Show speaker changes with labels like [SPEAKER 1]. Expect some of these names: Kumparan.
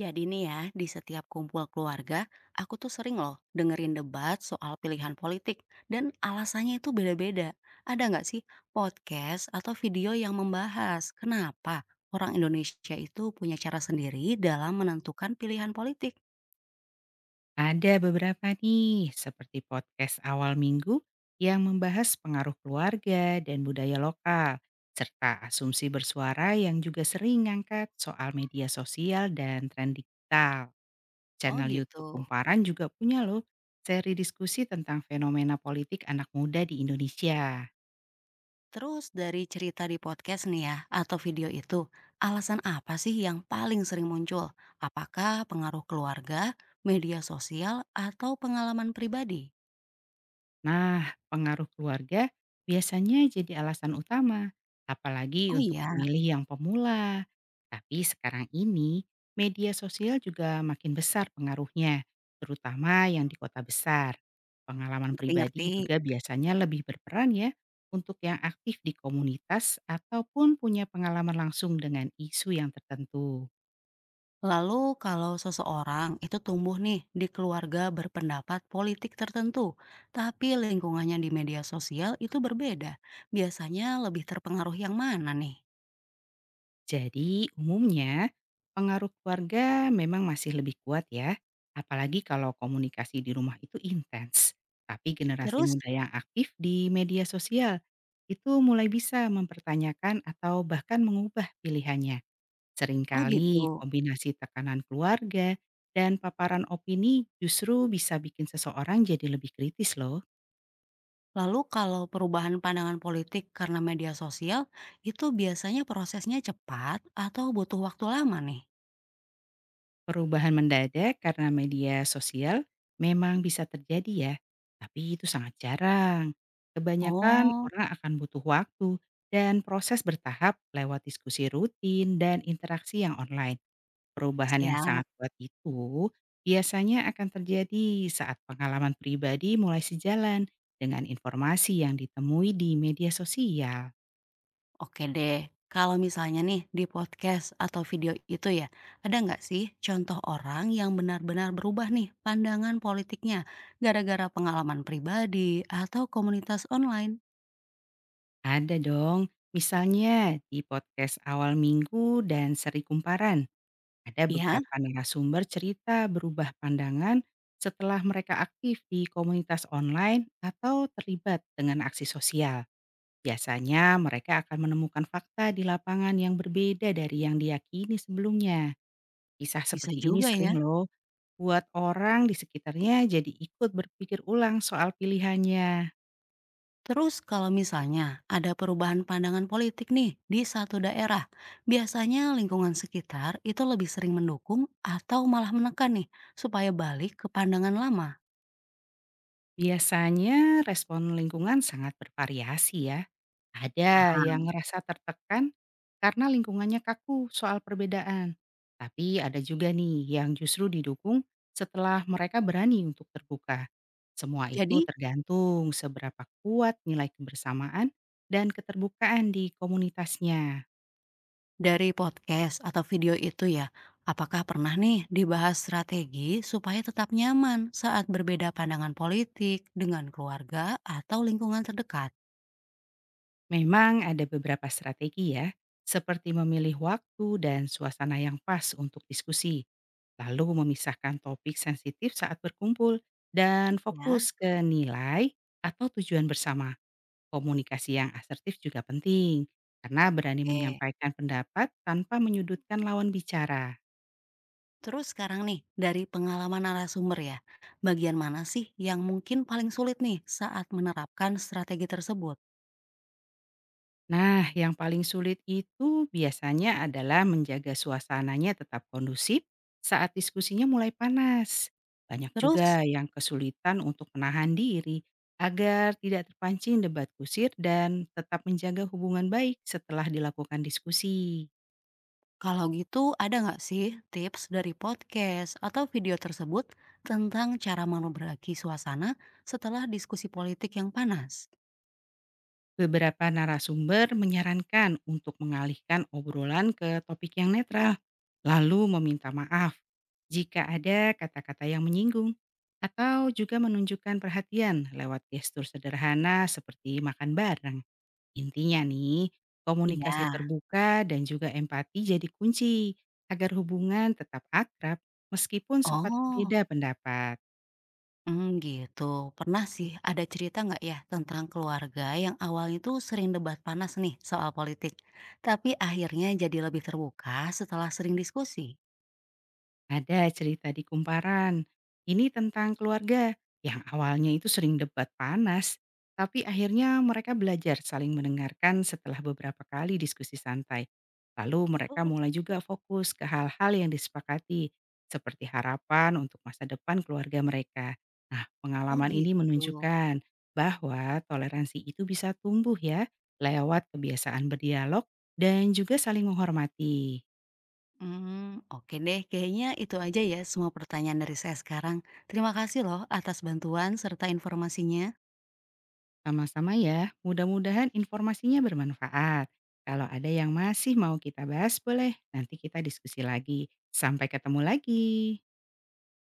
[SPEAKER 1] Jadi nih ya, di setiap kumpul keluarga, aku tuh sering loh dengerin debat soal pilihan politik. Dan alasannya itu beda-beda. Ada nggak sih podcast atau video yang membahas kenapa orang Indonesia itu punya cara sendiri dalam menentukan pilihan politik?
[SPEAKER 2] Ada beberapa nih, seperti podcast awal minggu yang membahas pengaruh keluarga dan budaya lokal, serta asumsi bersuara yang juga sering ngangkat soal media sosial dan tren digital.
[SPEAKER 1] Oh
[SPEAKER 2] Channel YouTube
[SPEAKER 1] gitu.
[SPEAKER 2] Kumparan juga punya loh seri diskusi tentang fenomena politik anak muda di Indonesia.
[SPEAKER 1] Terus dari cerita di podcast nih ya, atau video itu, alasan apa sih yang paling sering muncul? Apakah pengaruh keluarga, media sosial, atau pengalaman pribadi?
[SPEAKER 2] Nah, pengaruh keluarga biasanya jadi alasan utama, apalagi
[SPEAKER 1] Oh
[SPEAKER 2] untuk
[SPEAKER 1] iya.
[SPEAKER 2] pemilih yang pemula. Tapi sekarang ini, media sosial juga makin besar pengaruhnya, terutama yang di kota besar. Pengalaman
[SPEAKER 1] Ngerti-ngerti.
[SPEAKER 2] pribadi juga biasanya lebih berperan ya, untuk yang aktif di komunitas ataupun punya pengalaman langsung dengan isu yang tertentu.
[SPEAKER 1] Lalu kalau seseorang itu tumbuh nih di keluarga berpendapat politik tertentu, tapi lingkungannya di media sosial itu berbeda, biasanya lebih terpengaruh yang mana nih?
[SPEAKER 2] Jadi, umumnya pengaruh keluarga memang masih lebih kuat ya, apalagi kalau komunikasi di rumah itu intens. Tapi generasi
[SPEAKER 1] Terus,
[SPEAKER 2] muda yang aktif di media sosial itu mulai bisa mempertanyakan atau bahkan mengubah pilihannya.
[SPEAKER 1] oh
[SPEAKER 2] Seringkali
[SPEAKER 1] gitu.
[SPEAKER 2] kombinasi tekanan keluarga dan paparan opini justru bisa bikin seseorang jadi lebih kritis loh.
[SPEAKER 1] Lalu kalau perubahan pandangan politik karena media sosial, itu biasanya prosesnya cepat atau butuh waktu lama nih?
[SPEAKER 2] Perubahan mendadak karena media sosial memang bisa terjadi ya, tapi itu sangat jarang. Kebanyakan
[SPEAKER 1] Oh,
[SPEAKER 2] orang akan butuh waktu dan proses bertahap lewat diskusi rutin dan interaksi yang online. Perubahan yang
[SPEAKER 1] siap.
[SPEAKER 2] sangat kuat itu biasanya akan terjadi saat pengalaman pribadi mulai sejalan dengan informasi yang ditemui di media sosial.
[SPEAKER 1] Oke deh, kalau misalnya nih di podcast atau video itu ya, ada nggak sih contoh orang yang benar-benar berubah nih pandangan politiknya gara-gara pengalaman pribadi atau komunitas online?
[SPEAKER 2] Ada dong, misalnya di podcast awal minggu dan seri Kumparan. Ada
[SPEAKER 1] Ya,
[SPEAKER 2] beberapa narasumber cerita berubah pandangan setelah mereka aktif di komunitas online atau terlibat dengan aksi sosial. Biasanya mereka akan menemukan fakta di lapangan yang berbeda dari yang diyakini sebelumnya. Kisah
[SPEAKER 1] bisa
[SPEAKER 2] seperti ini
[SPEAKER 1] juga ya.
[SPEAKER 2] sering loh buat orang di sekitarnya jadi ikut berpikir ulang soal pilihannya.
[SPEAKER 1] Terus kalau misalnya ada perubahan pandangan politik nih di satu daerah, biasanya lingkungan sekitar itu lebih sering mendukung atau malah menekan nih supaya balik ke pandangan lama.
[SPEAKER 2] Biasanya respon lingkungan sangat bervariasi ya. Ada
[SPEAKER 1] Ah,
[SPEAKER 2] yang ngerasa tertekan karena lingkungannya kaku soal perbedaan. Tapi ada juga nih yang justru didukung setelah mereka berani untuk terbuka. Semua itu
[SPEAKER 1] jadi,
[SPEAKER 2] tergantung seberapa kuat nilai kebersamaan dan keterbukaan di komunitasnya.
[SPEAKER 1] dari podcast atau video itu ya, apakah pernah nih dibahas strategi supaya tetap nyaman saat berbeda pandangan politik dengan keluarga atau lingkungan terdekat?
[SPEAKER 2] Memang ada beberapa strategi ya, seperti memilih waktu dan suasana yang pas untuk diskusi, lalu memisahkan topik sensitif saat berkumpul, dan
[SPEAKER 1] Ya.
[SPEAKER 2] fokus ke nilai atau tujuan bersama. Komunikasi yang asertif juga penting, karena berani
[SPEAKER 1] Oke,
[SPEAKER 2] menyampaikan pendapat tanpa menyudutkan lawan bicara.
[SPEAKER 1] terus sekarang nih dari pengalaman narasumber ya, bagian mana sih yang mungkin paling sulit nih saat menerapkan strategi tersebut?
[SPEAKER 2] Nah, yang paling sulit itu biasanya adalah menjaga suasananya tetap kondusif saat diskusinya mulai panas. Banyak
[SPEAKER 1] Terus
[SPEAKER 2] juga yang kesulitan untuk menahan diri agar tidak terpancing debat kusir dan tetap menjaga hubungan baik setelah dilakukan diskusi.
[SPEAKER 1] kalau gitu ada nggak sih tips dari podcast atau video tersebut tentang cara memperbaiki suasana setelah diskusi politik yang panas?
[SPEAKER 2] Beberapa narasumber menyarankan untuk mengalihkan obrolan ke topik yang netral, lalu meminta maaf jika ada kata-kata yang menyinggung, atau juga menunjukkan perhatian lewat gestur sederhana seperti makan bareng. Intinya nih, komunikasi
[SPEAKER 1] Iya.
[SPEAKER 2] terbuka dan juga empati jadi kunci agar hubungan tetap akrab meskipun sempat
[SPEAKER 1] Oh,
[SPEAKER 2] berbeda pendapat.
[SPEAKER 1] gitu. Pernah sih, ada cerita nggak ya tentang keluarga yang awalnya tuh sering debat panas nih soal politik, tapi akhirnya jadi lebih terbuka setelah sering diskusi?
[SPEAKER 2] Ada cerita di Kumparan. Ini tentang keluarga yang awalnya itu sering debat panas, tapi akhirnya mereka belajar saling mendengarkan setelah beberapa kali diskusi santai. Lalu mereka
[SPEAKER 1] Terus,
[SPEAKER 2] mulai juga fokus ke hal-hal yang disepakati, seperti harapan untuk masa depan keluarga mereka. Nah,
[SPEAKER 1] oh
[SPEAKER 2] pengalaman
[SPEAKER 1] gitu.
[SPEAKER 2] ini menunjukkan bahwa toleransi itu bisa tumbuh ya, lewat kebiasaan berdialog dan juga saling menghormati.
[SPEAKER 1] Hmm, oke deh kayaknya itu aja ya semua pertanyaan dari saya sekarang. Terima kasih loh atas bantuan serta informasinya.
[SPEAKER 2] Sama-sama ya, mudah-mudahan informasinya bermanfaat. Kalau ada yang masih mau kita bahas, boleh nanti kita diskusi lagi. Sampai ketemu lagi.